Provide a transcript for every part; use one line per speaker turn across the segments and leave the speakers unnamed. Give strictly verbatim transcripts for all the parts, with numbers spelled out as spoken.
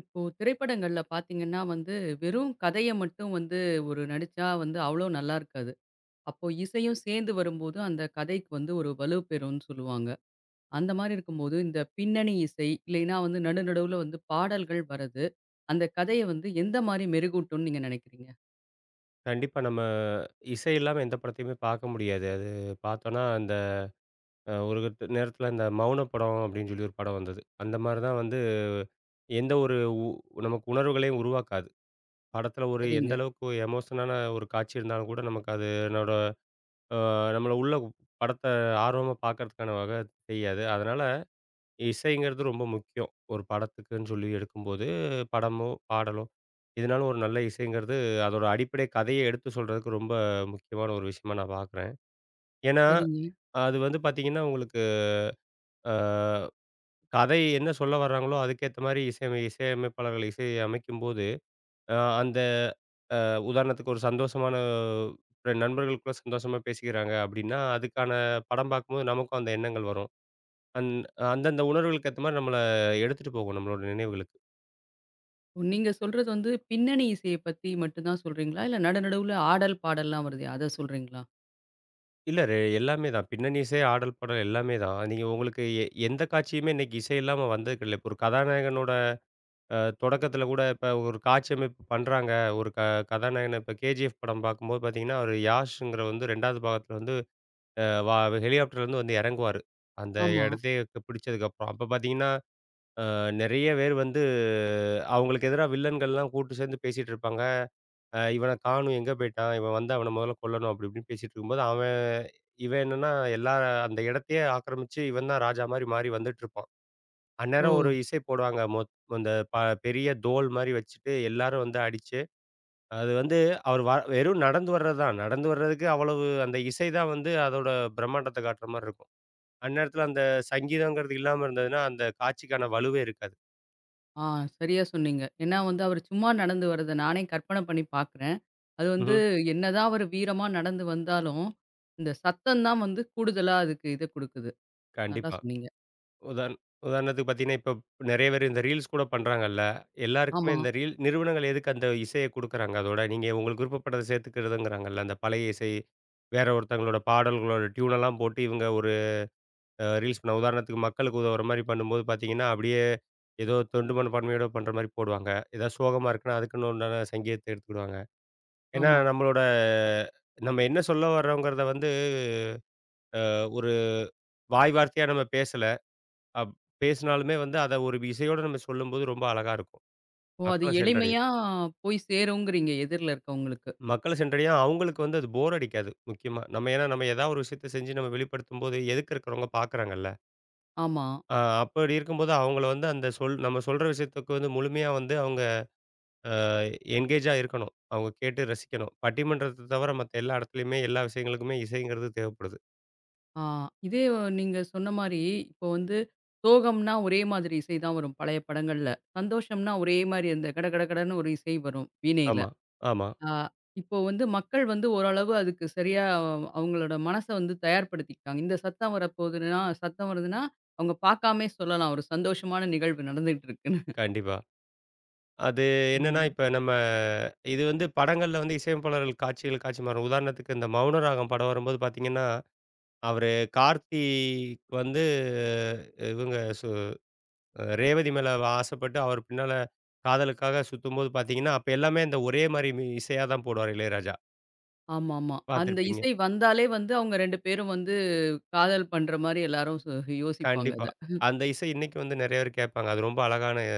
இப்போ திரைப்படங்கள்ல பார்த்தீங்கன்னா வந்து, வெறும் கதைய மட்டும் வந்து ஒரு நடிச்சா வந்து அவ்வளோ நல்லா இருக்காது. அப்போ இசையும் சேர்ந்து வரும்போது, அந்த கதைக்கு வந்து ஒரு வலு பெறும்னு சொல்லுவாங்க. அந்த மாரி இருக்கும்போது, இந்த பின்னணி இசை இல்லைன்னா வந்து நடு நடுவுல வந்து பாடல்கள் வரது, அந்த கதைய வந்து எந்த மாரி மெருகூட்டும்னு நீங்க நினைக்கிறீங்க?
கண்டிப்பா. நம்ம இசை இல்லாம எந்த படத்தையுமே பார்க்க முடியாது. அது பார்த்தோன்னா, அந்த அ ஒரு நேரத்தில இந்த மௌன படம் அப்டின்னு சொல்லி ஒரு படம் வந்தது. அந்த மாரி தான் வந்து எந்த ஒரு நமக்கு உணர்வுகளையும் உருவாக்காது. படத்தில ஒரு
சரிங்க,
எந்த அளவுக்கு எமோஷனான ஒரு காட்சி இருந்தாலும் கூட நமக்கு அதனோட அ நம்மள உள்ள படத்த ஆர்வமா பார்க்கறதுக்கான வகை செய்யாது. அதனால இசைங்கிறது ரொம்ப முக்கியம். ஒரு படத்துக்குன்னு சொல்லி எடுக்கும்போது படமோ, பாடலோ இதனால ஒரு நல்ல இசைங்கிறது அதோட அடிப்படை கதைய எடுத்து சொல்றதுக்கு ரொம்ப முக்கியமான ஒரு விஷயமா நான் பார்க்குறேன். ஏன்னா,
சரிங்க.
அது வந்து பார்த்தீங்கன்னா, உங்களுக்கு அ கதை என்ன சொல்ல வராங்களோ, அதுக்கேத்த மாரி இசையமை இசையமைப்பாளர்கள் இசையை அமைக்கும்போது, அ அந்த உதாரணத்துக்கு ஒரு சந்தோஷமான ரெ நண்பர்களுக்குள்ள சந்தோஷமா பேசிக்கிறாங்க அப்டின்னா, அதுக்கான படம் பார்க்கும்போது நமக்கும் அந்த எண்ணங்கள் வரும். அந் அந்தந்த உணர்வுகளுக்கு ஏத்த மாரி நம்மள எடுத்துட்டு போகும் நம்மளோட நினைவுகளுக்கு.
ஓ, நீங்க சொல்றது வந்து பின்னணி இசைய பத்தி மட்டும் தான் சொல்றீங்களா? இல்ல நடு நடுவுல ஆடல், பாடல்லாம் வருதே அத சொல்றீங்களா?
இல்ல ரெ எல்லாமே தான். பின்னணி இசை, ஆடல், பாடல் எல்லாமே தான். நீங்க உங்களுக்கு எ எந்த காட்சியுமே இன்னைக்கு இசை இல்லாம வந்தது கிடையாது. ஒரு கதாநாயகனோட அ தொடக்கத்தில கூட இப்ப ஒரு காட்சியமைப்பு பண்றாங்க. ஒரு க கதாநாயகன இப்ப கேஜிஎஃப் படம் பார்க்கும்போது பார்த்தீங்கன்னா, அவரு யாஷ்ங்கிற வந்து ரெண்டாவது பாகத்தில வந்து அ வா ஹெலிகாப்டர்லேருந்து வந்து இறங்குவாரு. அந்த
ஆமா.
இடத்தையே பிடிச்சதுக்கப்புறம். அப்ப பார்த்தீங்கன்னா, அ நெறைய பேர் வந்து அவங்களுக்கு எதிரா வில்லன்கள்லாம் கூட்டு சேர்ந்து பேசிட்டு இருப்பாங்க. அ "இவன காணும் எங்க போயிட்டான்? இவன் வந்து அவன முதல்ல கொல்லணும்." அப்படி இப்படின்னு பேசிட்டு இருக்கும்போது, அவன் இவன் என்னன்னா எல்லா அந்த இடத்தையே ஆக்கிரமிச்சு இவன் தான் ராஜா மாரி மாறி வந்துட்டுருப்பான்.
ஓ!
அந்நேரம் ஒரு இசை போடுவாங்க. மொத் அந்த ப பெரிய தோல் மாரி வச்சுட்டு எல்லாரும் வந்து அடிச்சு, அது வந்து அவர் வ வெறும் நடந்து வர்றது தான். நடந்து வர்றதுக்கு அவ்வளவு அந்த இசை தான் வந்து அதோட பிரம்மாண்டத்த காட்டுற மாரி இருக்கும். அந்நேரத்துல அந்த சங்கீதங்கிறது இல்லாம இருந்ததுன்னா, அந்த காட்சிக்கான வலுவே இருக்காது.
ஆ, சரியா சொன்னீங்க. ஏன்னா வந்து அவரு சும்மா நடந்து வரத நானே கற்பனை பண்ணி பார்க்குறேன். அது வந்து
ம்ஹ்ம்.
என்னதான் அவரு வீரமா நடந்து வந்தாலும், இந்த சத்தம் தான் வந்து கூடுதலா அதுக்கு இத குடுக்குது. நல்லா
கண்டிப்பா.
சொன்னீங்க.
உதாரண உதாரணத்துக்கு பார்த்தீங்கன்னா, இப்ப நெறைய பேர் இந்த ரீல்ஸ் கூட பண்றாங்கல்ல. எல்லாருக்குமே
ஆமா,
இந்த ரீல் நிறுவனங்கள் எதுக்கு அந்த இசைய குடுக்குறாங்க? அதோட நீங்க உங்களுக்கு விருப்பப்பட்டத சேர்த்துக்கிறதுங்கிறாங்கல்ல. அந்த பழைய இசை, வேற ஒருத்தவங்களோட பாடல்களோட டியூனெல்லாம் போட்டு இவங்க ஒரு அ ரீல்ஸ் பண்ண உதாரணத்துக்கு மக்களுக்கு உதவுற மாரி பண்ணும்போது பார்த்தீங்கன்னா, அப்படியே ஏதோ தொண்டு மனப்பான்மையோட பண்ற மாரி போடுவாங்க. ஏதாவது சோகமா இருக்குன்னா, அதுக்குன்னு உண்டான சங்கீதத்த எடுத்துக்கிடுவாங்க. ஏன்னா
ஆமா.
நம்மளோட நம்ம என்ன சொல்ல வர்றோங்கிறத வந்து ஒரு வாய் வார்த்தையா நம்ம பேசல. அப் பேசினாலுமே வந்து அத ஒரு இசையோட நம்ம சொல்லும்போது ரொம்ப அழகா இருக்கும்.
ஓ! அது
மக்கள சென்றடையும்.
எளிமையா போய் சேருங்கிறீங்க எதிர்ல இருக்கவங்களுக்கு.
மக்கள சென்றடையும் அவங்களுக்கு வந்து அது போர் அடிக்காது முக்கியமா. நம்ம ஏன்னா நம்ம ஏதாவது ஒரு விஷயத்த செஞ்சு நம்ம வெளிப்படுத்தும்போது எதுக்க இருக்கிறவங்க பார்க்குறாங்கல்ல.
ஆமா.
அ அப்படி இருக்கும்போது அவங்கள வந்து அந்த சொல் நம்ம சொல்ற விஷயத்துக்கு வந்து முழுமையா வந்து அவங்க அ என்கேஜா இருக்கணும். அவங்க கேட்டு ரசிக்கணும். பட்டிமன்றத்த தவிர மத்த எல்லா இடத்துலயுமே, எல்லா விஷயங்களுக்குமே இசைங்கிறது தேவைப்படுது.
ஆ இதே வ- நீங்க சொன்ன மாரி, இப்போ வந்து சோகம்னா ஒரே மாதிரி இசை தான் வரும் பழைய படங்கள்ல. சந்தோஷம்னா ஒரே மாரி அந்த கட கட கடன்னு ஒரு இசை வரும் வீணையில.
ஆமா, ஆமா.
ஆ, இப்போ வந்து மக்கள் வந்து ஓரளவு அதுக்கு சரியா அவ- அவங்களோட மனச வந்து தயார்படுத்திக்கிட்டாங்க. இந்த சத்தம் வரப்போகுதுன்னா சத்தம் வருதுன்னா, அவங்க பார்க்காமயே சொல்லலாம். ஒரு சந்தோஷமான நிகழ்வு நடந்துகிட்டு இருக்குன்னு.
கண்டிப்பா. அது என்னன்னா,
ம்.
இப்ப நம்ம இது வந்து படங்கள்ல வந்து இசையமைப்பாளர்கள் காட்சிகள் காட்சி மாறும். உதாரணத்துக்கு இந்த மௌனராகம் படம் வரும்போது பார்த்தீங்கன்னா, அவரு கார்த்தி வந்து இவங்க சு ரேவதி மேல ஆசைப்பட்டு அவர் பின்னால காதலுக்காக சுத்தும்போது பார்த்தீங்கன்னா, அப்ப எல்லாமே அந்த ஒரே மாரி மி இசையா தான் போடுவாரு இளையராஜா.
ஆமாமா. அந்த
பார்த்துருப்பீங்க.
இசை வந்தாலே வந்து அவங்க ரெண்டு பேரும் வந்து காதல் பண்ற மாரி எல்லாரும் ச யோசிப்பாங்க
கண்டிப்பா.
அத.
அந்த இசை இன்னைக்கு வந்து நெறைய பேர் கேட்பாங்க. அது ரொம்ப அழகான இ-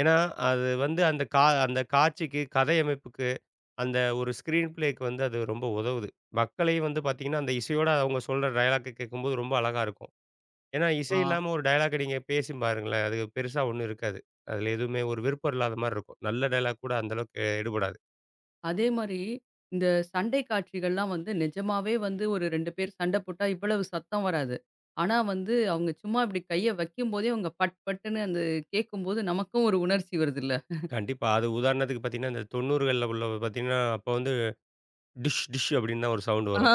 ஏன்னா, அது வந்து அந்த கா அந்த காட்சிக்கு, கதையமைப்புக்கு, அந்த ஒரு ஸ்க்ரீன் ப்ளேக்கு வந்து அது ரொம்ப உதவுது. மக்களையும் வந்து பார்த்தீங்கன்னா, அந்த இசையோட அவங்க சொல்ற டயலாக்க கேட்கும்போது ரொம்ப அழகா இருக்கும். ஏன்னா, இசை
ஆ.
இல்லாம ஒரு டயலாக்க நீங்க பேசி பாருங்களேன், அது பெருசா ஒண்ணும் இருக்காது. அதில எதுவுமே ஒரு விருப்பம் இல்லாத மாரி இருக்கும். நல்ல டயலாக் கூட அந்த அளவுக்கு எடுபடாது.
அதே மாரி, இந்த சண்டை காட்சிகள்லாம் வந்து நிஜமாவே வந்து ஒரு ரெண்டு பேர் சண்டை போட்டா இவ்வளவு சத்தம் வராது. ஆனா வந்து, அவங்க சும்மா இப்டி கைய வைக்கும்போதே அவங்க பட் பட்டுன்னு அந்த கேட்கும்போது நமக்கும் ஒரு உணர்ச்சி வருதுல்ல.
கண்டிப்பா. அது உதாரணத்துக்கு பார்த்தீங்கன்னா, இந்த தொண்ணூறுகள்ள உள்ள பார்த்தீங்கன்னா, அப்போ வந்து டிஷ் டிஷ் அப்படின்னு தான் ஒரு சவுண்ட்
ஆ,
வரும்.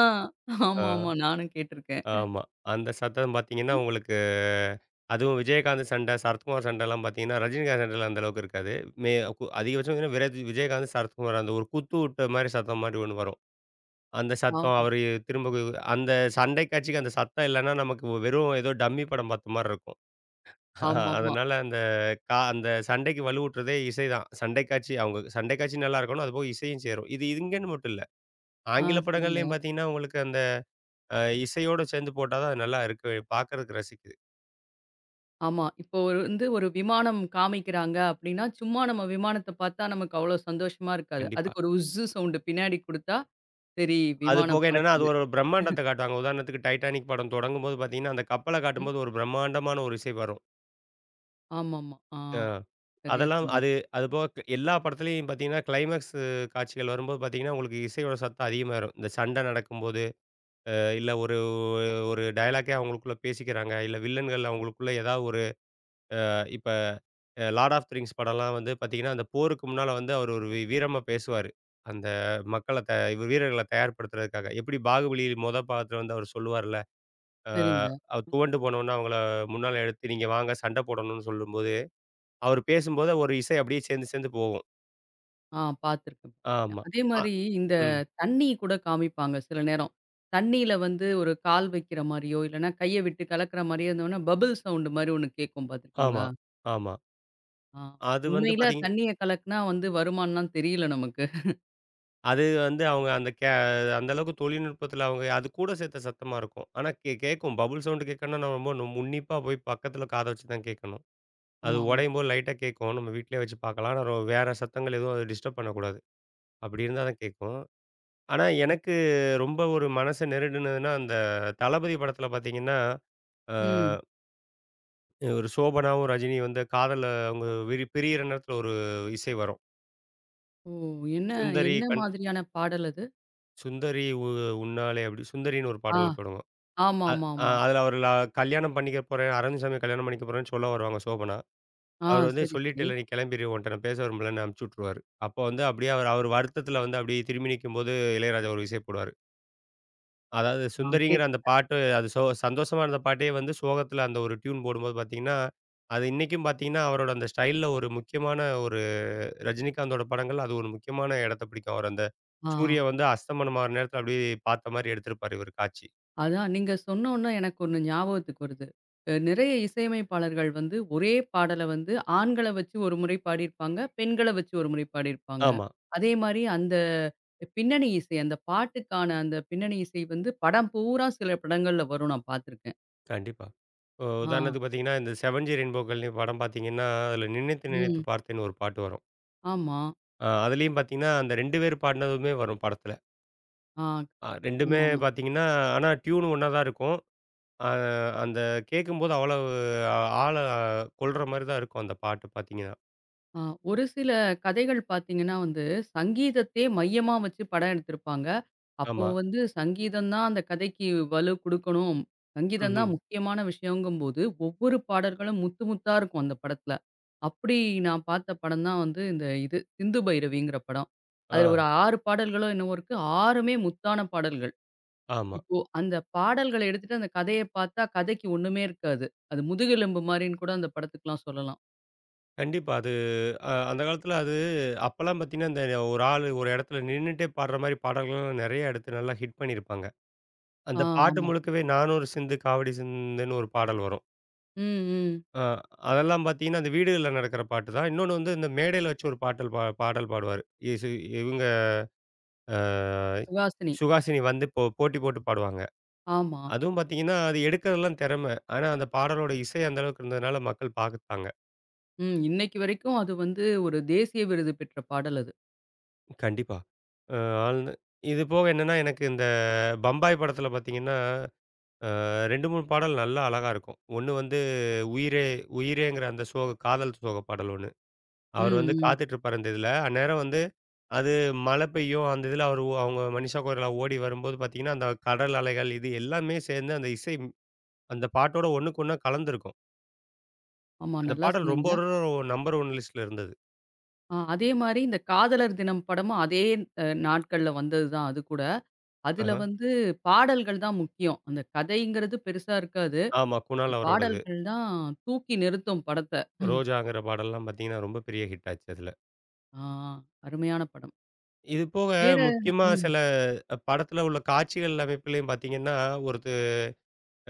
ஆ.
ஆமாமா. நானும் கேட்டுருக்கேன்.
ஆமா. அந்த சத்தம் பார்த்தீங்கன்னா, உங்களுக்கு அதுவும் விஜயகாந்த் சண்டை, சரத்குமார் சண்டைலாம் பார்த்தீங்கன்னா, ரஜினிகாந்த் சண்டைலாம் அந்த அளவுக்கு இருக்காது. மே கு அதிகபட்சம் பார்த்தீங்கன்னா, விரஜ் விஜயகாந்த், சரத்குமார் அந்த ஒரு குத்து விட்ட மாரி சத்தம் மாரி ஒண்ணு வரும். அந்த சத்தம்
ஆமா.
அவரு திரும்ப கு- அந்த சண்டை காட்சிக்கு அந்த சத்தம் இல்லன்னா, நமக்கு வெறும் ஏதோ டம்மி படம் பார்த்த மாரி இருக்கும். ஆஹ்
ஆமாமா.
அதனால அந்த கா அந்த சண்டைக்கு வலுவூட்டுறதே இசைதான். சண்டை காட்சி அவங்க சண்டை காட்சி நல்லா இருக்கணும். அதுபோக இசையும் சேரும். இது இங்கேன்னு மட்டும் இல்ல.
ஆ
ஆங்கில
சரிங்க.
படங்கள்லயும் பார்த்தீங்கன்னா, உங்களுக்கு அந்த அ இசையோட சேர்ந்து போட்டா தான் அது நல்லா இருக்கு. பார்க்கறதுக்கு ரசிக்குது.
ஆமா. இப்போ ஒரு வந்து ஒரு விமானம் காமிக்கிறாங்க அப்டின்னா, சும்மா நம்ம விமானத்த பார்த்தா நமக்கு அவ்ளோ சந்தோஷமா இருக்காது.
கண்டிப்பா.
அதுக்கு ஒரு உஸ்ஸு சவுண்டு பின்னாடி குடுத்தா, சரி
அது போக
விமானம்
என்னன்னா, அது
பறக்குது.
ஒரு பிரம்மாண்டத்த காட்டுவாங்க. உதாரணத்துக்கு டைட்டானிக் படம் தொடங்கும்போது பார்த்தீங்கன்னா, அந்த கப்பல
ம்.
காட்டும்போது ஒரு பிரம்மாண்டமான ஒரு இசை வரும்.
ஆமாமா. ஆ
அ
சரியா
அதெல்லாம்
சொன்னீங்க.
அது அதுபோக க் எல்லா படத்துலயும் பார்த்தீங்கன்னா, கிளைமேக்ஸ் காட்சிகள் வரும்போது பார்த்தீங்கன்னா, உங்களுக்கு இசையோட சத்தம் அதிகமா வரும். இந்த சண்டை நடக்கும்போது, இல்ல ஒரு ஒரு டயலாக்கே அவங்களுக்குள்ள பேசிக்கிறாங்க. இல்ல வில்லன்கள் அவங்களுக்குள்ள ஏதாவது ஒரு இப்ப அ லார்ட் ஆஃப் த ரிங்ஸ் படம்லாம் வந்து பார்த்தீங்கன்னா, அந்த போருக்கு முன்னால வந்து அவர் ஒரு வீ வீரமா பேசுவாரு. அந்த மக்கள த வீரர்கள தயார்படுத்துறதுக்காக. எப்படி பாகுபலி மொத பாகத்துல வந்து அவர் சொல்லுவார்ல, அ
சரிங்க.
அவர் துவண்டு போனோனே அவங்கள முன்னால எடுத்து "நீங்க வாங்க சண்ட போடணும்னு" சொல்லும்போது, அவர் பேசும்போது ஒரு இசை அப்படியே சேர்ந்து சேர்ந்து போகும்.
ஆ பார்த்துருக்கேன்.
ஆமா.
அதே
அ
மாரி இந்த
ம்.
தண்ணி கூட காமிப்பாங்க சில நேரம். தண்ணீல வந்து ஒரு கால் வைக்கிற மாரியோ, இல்லன்னா கைய விட்டு கலக்குற மாரியோ இருந்தோம்னா, பபிள் சவுண்ட் மாரி ஒண்ணு கேட்கும்
ஆமா,
பார்த்துருக்கீங்களா?
ஆமா.
ஆ
அது வந்து
உண்மையில
பார்த்தீங்க
தண்ணீய கலக்குனா வந்து வருமான்லாம் தெரியல நமக்கு.
அது வந்து அவங்க அந்த கே அந்த அளவுக்கு தொழில்நுட்பத்துல அவங்க அது கூட சேர்த்த சத்தமா இருக்கும். ஆனா கே கேட்கும். பபுள் சவுண்ட் கேட்கணும்னா நம்ம ரொம்ப நு உன்னிப்பா போய் பக்கத்துல காத வச்சு தான் கேட்கணும். அது
ஆமாமா.
உடையும்போது லைட்டா கேட்கும். நம்ம வீட்லயே வச்சு பார்க்கலாம். ஆனா, வேற சத்தங்கள் எதுவும் அத டிஸ்டர்ப் பண்ணக்கூடாது. அப்படி இருந்தா தான் கேட்கும். ஆனா, எனக்கு ரொம்ப ஒரு மனச நெருடுனதுன்னா, அந்த தளபதி படத்துல பார்த்தீங்கன்னா, அ
ம்.
ஒரு சோபனாவும், ரஜினியும் வந்து காதல்ல அவங்க விரி பிரியிற நேரத்துல ஒரு இசை வரும்.
ஓ! என்ன
சுந்தரி
என்ன
கண்
மாதிரியான பாடல் அது?
சுந்தரி உ உன்னாலே அப்படி சுந்தரின்னு ஒரு
ஆ.
பாடல்ல தொடங்கும். அ அ
ஆமாமாமா.
அதுல அவரு ல கல்யாணம் பண்ணிக்க போறேன், அரவிந்த் சாமிய கல்யாணம் பண்ணிக்க போறேன்னு சொல்ல வருவாங்க சோபனா.
ஆ
அவரு வந்து
சரி,
சொல்லிட்டு
சரி.
இல்ல, "நீ கிளம்பிரு. உன்ட்ட நான் பேச விரும்பலன்னு" அனுப்பிச்சு விட்டுருவாரு. அப்போ வந்து அப்படியே அவர் அவர் வருத்தத்தில வந்து அப்படியே திரும்பி நிக்கும்போது இளையராஜா ஒரு இசை போடுவாரு. அதாவது
ஆ
சுந்தரிங்கிற
கேட்
அந்த பாட்டு அது சோ சந்தோஷமா இருந்த பாட்டே வந்து சோகத்தில அந்த ஒரு டியூன் போடும்போது பார்த்தீங்கன்னா, அது இன்னைக்கும் பார்த்தீங்கன்னா, அவரோட அந்த ஸ்டைல்ல ஒரு முக்கியமான ஒரு ரஜினிகாந்தோட படங்கள் அது ஒரு முக்கியமான இடத்த பிடிக்கும். அவர் அந்த
ஆ.
சூரிய வந்து அஸ்தமனம் ஆகுற நேரத்தில அப்படியே பார்த்த மாரி எடுத்திருப்பாரு இவரு காட்சி.
அதான் நீங்க சொன்னோன்ன எனக்கு ஒண்ணு ஞாபகத்துக்கு வருது. அ நிறைய இசையமைப்பாளர்கள் வந்து ஒரே பாடல வந்து ஆண்கள வச்சு ஒரு முறை பாடியிருப்பாங்க. பெண்கள வச்சு ஒரு முறை பாடியிருப்பாங்க.
ஆமா,
அதே மாரி அந்த பின்னணி இசை, அந்த பாட்டுக்கான அந்த பின்னணி இசை வந்து படம் பூரா சில படங்கள்ல வரும் நான் பார்த்துருக்கேன்.
கண்டிப்பா. இப்போ
ஆ.
உதாரணத்துக்கு பார்த்தீங்கன்னா, இந்த "செவன்ஜி ரெயின்போக்கள்" படம் பார்த்தீங்கன்னா, அதில "நினைத்து நினைத்து
ம்.
பார்த்தேன்" ஒரு பாட்டு வரும்.
ஆமா.
ஆ அதுலயும் பார்த்தீங்கன்னா, அந்த ரெண்டு பேர் பாடுனதுமே வரும் படத்துல.
ஆ.
அ ரெண்டுமே
ஆமாமா.
பார்த்தீங்கன்னா, ஆனா டியூன் ஒண்ணா தான் இருக்கும். அ அந்த கேட்கும்போது அவ்வளவு ஆள கொள்ற மாரி தான் இருக்கும் அந்த பாட்டு பார்த்தீங்கன்னா.
ஆ, ஒரு சில கதைகள் பார்த்தீங்கன்னா வந்து, சங்கீதத்தையே மையமா வச்சு படம் எடுத்திருப்பாங்க. அப்போ
ஆமா.
வந்து சங்கீதம் தான் அந்த கதைக்கு வலு குடுக்கணும். சங்கீதம்
ம்ஹ்ம்.
தான் முக்கியமான விஷயங்கும்போது, ஒவ்வொரு பாடல்களும் முத்து முத்தா இருக்கும் அந்த படத்துல. அப்படி நான் பார்த்த படம் தான் வந்து இந்த இது சிந்து பைரவிங்கிற படம்.
ஆ
அதுல ஒரு ஆறு பாடல்களோ என்னவோ இருக்கு. ஆறுமே முத்தான பாடல்கள்.
ஆமா.
இப்போ அந்த பாடல்கள எடுத்துட்டு அந்த கதைய பார்த்தா கதைக்கு ஒண்ணுமே இருக்காது. அது முதுகெலும்பு மாரின்னு கூட அந்த படத்துக்குலாம் சொல்லலாம்.
கண்டிப்பா. அது அ அந்த காலத்துல அது அப்பலாம் பார்த்தீங்கன்னா, இந்த ஒரு ஆளு ஒரு இடத்துல நின்னுட்டே பாடுற மாரி பாடல்கள்லாம் நெறைய எடுத்து நல்லா ஹிட் பண்ணியிருப்பாங்க.
ஆ,
அந்த பாட்டு
ஆமா.
முழுக்கவே "நானொரு சிந்து காவடி சிந்துன்னு" ஒரு பாடல் வரும்.
ம், ம்.
அ அதெல்லாம் பார்த்தீங்கன்னா, அந்த வீடுகள்ல நடக்கிற பாட்டு தான். இன்னொன்னு வந்து இந்த மேடையில வச்சு ஒரு பாட்டல் பா பாடல் பாடுவாரு. இசு இவுங்க அ
சுஹாசினி.
சுஹாசினி வந்து போ போட்டி போட்டு பாடுவாங்க.
ஆமா.
அதுவும் பார்த்தீங்கன்னா, அது எடுக்கிறதெல்லாம் திறமை. ஆனா, அந்த பாடலோட இசை அந்த அளவுக்கு இருந்ததுனால மக்கள் பார்த்தாங்க.
ம். இன்னைக்கு வரைக்கும் அது வந்து ஒரு தேசிய விருது பெற்ற பாடல் அது.
கண்டிப்பா. அ ஆழ்ந்து இது போக என்னன்னா, எனக்கு இந்த பம்பாய் படத்தில பார்த்தீங்கன்னா, அ ரெண்டு, மூணு பாடல் நல்லா அழகா இருக்கும். ஒண்ணு வந்து "உயிரே "உயிரேங்கிற" அந்த சோக காதல் சோக பாடல் ஒண்ணு. அவர்
ம்,
வந்து
ம்.
காத்துட்டு இருப்பாரு அந்த இதில. அந்நேரம் வந்து அது மழை பெய்யும். அந்த இதில அவரு அவங்க மனிஷா கொய்ராலா ஓடி வரும்போது பார்த்தீங்கன்னா, அந்த கடல் அலைகள் இது எல்லாமே சேர்ந்து அந்த இசை ம்- அந்த பாட்டோட ஒண்ணுக்கு ஒண்ணா கலந்திருக்கும்.
ஆமா
அந்த
நல்லா
பாடல் ரொம்ப
சொன்னீங்க.
ஒரு நம்பர் ஒன் லிஸ்ட்ல இருந்தது.
ஆ அதே மாரி இந்த காதலர் தினம் படமும் அதே அ நாட்கள்ல வந்தது தான் அது கூட. அதுல
ஆஹ.
வந்து பாடல்கள் தான் முக்கியம். அந்த கதைங்கிறது பெருசா இருக்காது.
ஆமா.
இந்த
குணால் அவரோடது.
பாடல்கள் தான் தூக்கி நிறுத்தும் படத்த.
ரோஜாங்கிற பாடல்லாம் பார்த்தீங்கன்னா, ரொம்ப பெரிய ஹிட் ஆச்சு அதுல.
ஆ அருமையான படம்.
இது போக
வேற
முக்கியமா
ம்,
சில அஹ், படத்துல உள்ள காட்சிகள் அமைப்புலயும் பார்த்தீங்கன்னா, ஒருத்து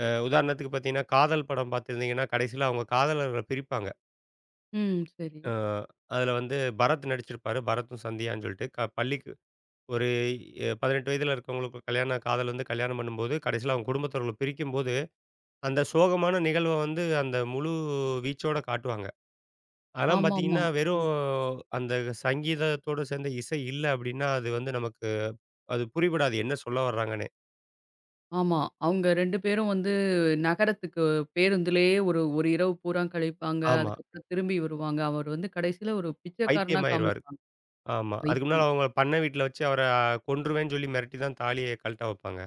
அ உதாரணத்துக்கு பார்த்தீங்கன்னா, காதல் படம் பார்த்திருந்தீங்கன்னா, கடைசியில அவங்க காதலர்கள பிரிப்பாங்க.
ம். சரி.
அ அதுல வந்து பரத் நடிச்சிருப்பாரு. பரத்தும் சந்தியான்னு சொல்லிட்டு க பள்ளி ஒரு எ பதினெட்டு வயதில இருக்கவங்களுக்கு கல்யாண காதல் வந்து கல்யாணம் பண்ணும்போது, கடைசியில அவங்க குடும்பத்தினர்கள பிரிக்கும்போது, அந்த சோகமான நிகழ்வ வந்து அந்த முழு வீச்சோட காட்டுவாங்க. அதெல்லாம்
ஆமாமா.
பார்த்தீங்கன்னா, வெறும் அந்த சங்கீதத்தோடு சேர்ந்த இசை இல்ல அப்படின்னா, அது வந்து நமக்கு அது புரிபடாது என்ன சொல்ல வர்றாங்கன்னே.
ஆமா. அவங்க ரெண்டு பேரும் வந்து நகரத்துக்கு பேருந்துலயே ஒரு ஒரு இரவு பூரா கழிப்பாங்க.
ஆமா.
அதுக்கப்புறம் திரும்பி வருவாங்க. அவர் வந்து கடைசியில ஒரு பிச்சைக்காரனா
பைத்தியமாயிருவாரு.
காமிப்பாங்க.
ஆமா. அதுக்கு முன்னால
பைத்தியம்.
அவங்க பண்ணை வீட்ல வச்சு அவர கொன்றுவேன்னு சொல்லி மிரட்டி தான் தாலிய கழட்ட வைப்பாங்க.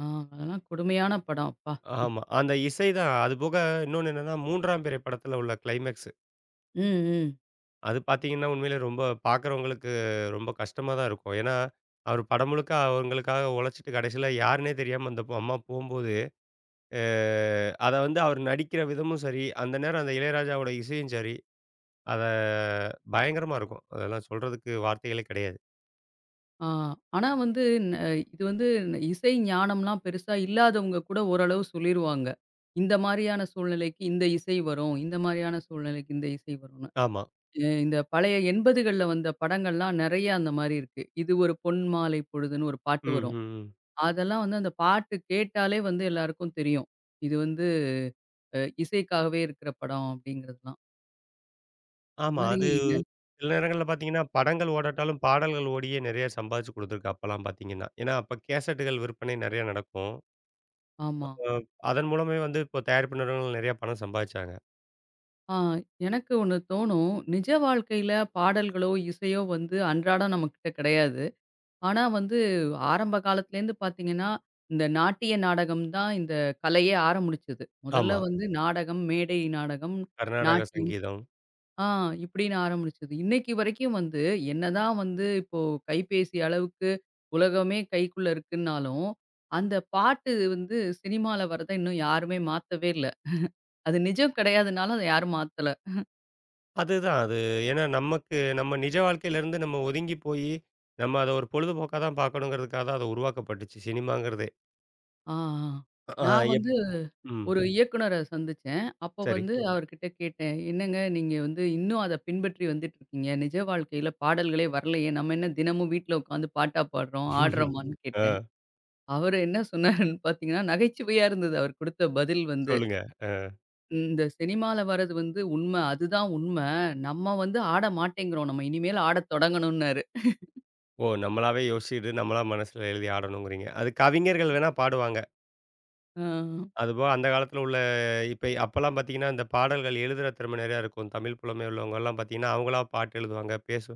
ஆ அதெல்லாம் கொடுமையான படம் அப்பா!
ஆமா. அந்த இசை தான். அதுபோக இன்னொன்னு என்னன்னா, மூன்றாம் பிறை படத்தில உள்ள கிளைமேக்ஸ்.
ம், ம்.
அது பார்த்தீங்கன்னா, உண்மையிலே ரொம்ப பார்க்குறவங்களுக்கு ரொம்ப கஷ்டமா தான் இருக்கும். ஏன்னா, அவர் படம் முழுக்க அவங்களுக்காக உழைச்சிட்டு கடைசியில யாருன்னே தெரியாம அந்த பொ அம்மா போம்போது, அ அத வந்து அவர் நடிக்கிற விதமும் சரி, அந்த நேரம் அந்த இளையராஜாவோட இசையும் சரி, அத பயங்கரமா இருக்கும். அதெல்லாம் சொல்றதுக்கு வார்த்தைகளே கிடையாது.
ஆ. ஆனா வந்து ந இது வந்து ந- இசை ஞானம்லாம் பெருசா இல்லாதவங்க கூட ஓரளவு சொல்லிருவாங்க. இந்த மாரியான சூழ்நிலைக்கு இந்த இசை வரும். இந்த மாரியான சூழ்நிலைக்கு இந்த இசை வரும்ன்னு.
ஆமா.
அ இந்த பழைய எண்பதுகள்ல வந்த படங்கள்லாம் நெறைய அந்த மாரி இருக்கு. இது ஒரு பொன் மாலை பொழுதுன்னு ஒரு
ம்,
பாட்டு
ம்,
வரும்.
ம்.
அதெல்லாம் வந்து அந்த பாட்டு கேட்டாலே வந்து எல்லாருக்கும் தெரியும். இது வந்து அ இசைக்காகவே இருக்கிற படம் அப்படிங்கிறதெல்லாம். இந்த
ஆமா.
மாரி
அது
இது
சில நேரங்கள்ல பார்த்தீங்கன்னா, படங்கள் ஓடாட்டாலும் பாடல்கள் ஓடியே நிறைய சம்பாதிச்சு கொடுத்துருக்கு அப்பலாம் பார்த்தீங்கன்னா. ஏன்னா, அப்ப கேசட்டுகள் விற்பனை நிறைய நடக்கும்.
ஆமா.
அ அதன் மூலமே வந்து இப்போ தயாரிப்பு நிறுவனங்கள் நிறைய பணம் சம்பாதிச்சாங்க.
ஆ எனக்கு ஒண்ணு தோணும். நிஜ வாழ்க்கையில பாடல்களோ, இசையோ வந்து அன்றாடம் நம்மகிட்ட கிடையாது. ஆனா வந்து ஆரம்ப காலத்துலேருந்து பார்த்தீங்கன்னா, இந்த நாட்டிய நாடகம் தான் இந்த கலையே ஆரம்பிச்சது.
ஆமா.
முதல்ல வந்து நாடகம், மேடை நாடகம்,
கர்நாடக
நாட்டியம்
சங்கீதம்.
ஆ இப்படின்னு ஆரம்பிச்சது. இன்னைக்கு வரைக்கும் வந்து, என்னதான் வந்து இப்போ கைபேசி அளவுக்கு உலகமே கைக்குள்ள இருக்குன்னாலும், அந்த பாட்டு வந்து சினிமால வர்றத இன்னும் யாருமே மாத்தவே இல்ல. அது நிஜம் கிடையாதுனாலும் அத யாரும் மாத்தல.
அதுதான் அது. ஏன்னா நமக்கு நம்ம நிஜ வாழ்க்கையிலேருந்து நம்ம ஒதுங்கி போயி, நம்ம அத ஒரு பொழுதுபோக்கா தான் பார்க்கணுங்கிறதுக்காக தான் அது உருவாக்கப்பட்டுச்சு சினிமாங்கிறதே.
ஆ, ஆ.
அ
நான்
எப்
வந்து
ம்.
ஒரு இயக்குனர சந்திச்சேன். அப்ப
சரி.
வந்து அவர்கிட்ட கேட்டேன். "என்னங்க நீங்க வந்து இன்னும் அத பின்பற்றி வந்துட்டுருக்கீங்க. நிஜ வாழ்க்கையில பாடல்களே வரலையே! நம்ம என்ன தினமும் வீட்ல உட்காந்து பாட்டா பாடுறோம், ஆடுறோமான்னு"
ஆ
கேட்டேன். அவரு என்ன சொன்னாருன்னு பார்த்தீங்கன்னா, நகைச்சுவையா இருந்தது அவர் குடுத்த பதில் வந்து.
சொல்லுங்க.
"இந்த சினிமால வர்றது வந்து உண்ம. அதுதான் உண்ம. நம்ம வந்து ஆட மாட்டேங்கிறோம். நம்ம இனிமேல் ஆடத் தொடங்கணும்னாரு."
ஓ! நம்மளாவே யோசிச்சுட்டு, நம்மளா மனசுல எழுதி ஆடணுங்கிறீங்க. அது கவிஞர்கள் வேணா பாடுவாங்க.
ஆ.
அதுபோக அந்த காலத்துல உள்ள இப்ப அப்பலாம் பார்த்தீங்கன்னா, இந்த பாடல்கள் எழுதுற திறமை நெறையா இருக்கும். தமிழ் புலமை உள்ளவங்கலாம் பார்த்தீங்கன்னா, அவங்களா பாட்டு எழுதுவாங்க, பேசு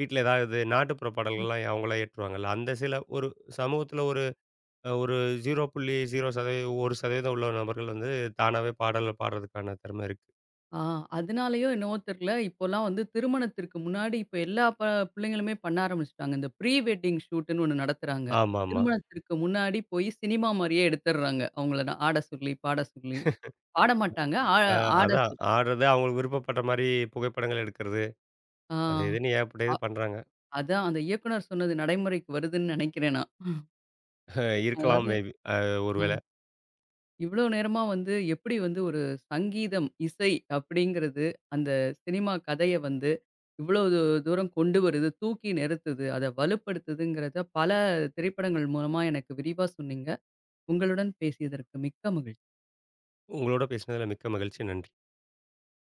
வீட்ல ஏதாவது நாட்டுப்புற
ம்.
பாடல்கள்லாம் அவங்களா இயற்றுவாங்கல்ல. அந்த சில ஒரு சமூகத்துல அ ஒரு பூஜ்ஜியம் புள்ளி பூஜ்ஜியம் சதவீதம் ஒரு சதவீதம் உள்ள நபர்கள் வந்து தானாவே பாடல பாடுறதுக்கான திறமை இருக்கு.
ஆ அதனாலயோ என்னவோ தெரியல, இப்போலாம் வந்து திருமணத்திற்கு முன்னாடி இப்ப எல்லா ப பிள்ளைங்களுமே பண்ண ஆரம்பிச்சுட்டாங்க. இந்த ப்ரீ வெட்டிங் ஷூட்ன்னு ஒண்ணு நடத்துறாங்க.
ஆமாமா.
திருமணத்திற்கு முன்னாடி போய் சினிமா மாரியே எடுத்துடுறாங்க. அவங்கள நான் ஆட சொல்லி, பாட சொல்லி. பாட மாட்டாங்க. ஆ
அ
ஆட
அதான்
சொல்லி.
ஆடுறது அவங்களுக்கு விருப்பப்பட்ட மாரி புகைப்படங்கள் எடுக்கிறது.
ஆ.
அது இதுன்னு ஏகப்பட்ட இது பண்றாங்க.
அதான் அந்த இயக்குனர் சொன்னது நடைமுறைக்கு வருதுன்னு நினைக்கிறேன் நான்.
அஹ் இருக்கலாம்
அதாவது
மேபி. அ
அ
ஒருவேளை.
இவ்ளோ நேரமா வந்து எப்படி வந்து ஒரு சங்கீதம், இசை அப்படிங்கிறது அந்த சினிமா கதைய வந்து இவ்வளோ தூ தூரம் கொண்டு வருது, தூக்கி நிறுத்துது, அத வலுப்படுத்துதுங்கிறத பல திரைப்படங்கள் மூலமா எனக்கு விரிவா சொன்னீங்க. உங்களுடன் பேசியதற்கு மிக்க மகிழ்ச்சி.
உங்களோட பேசினதுல மிக்க மகிழ்ச்சி. நன்றி.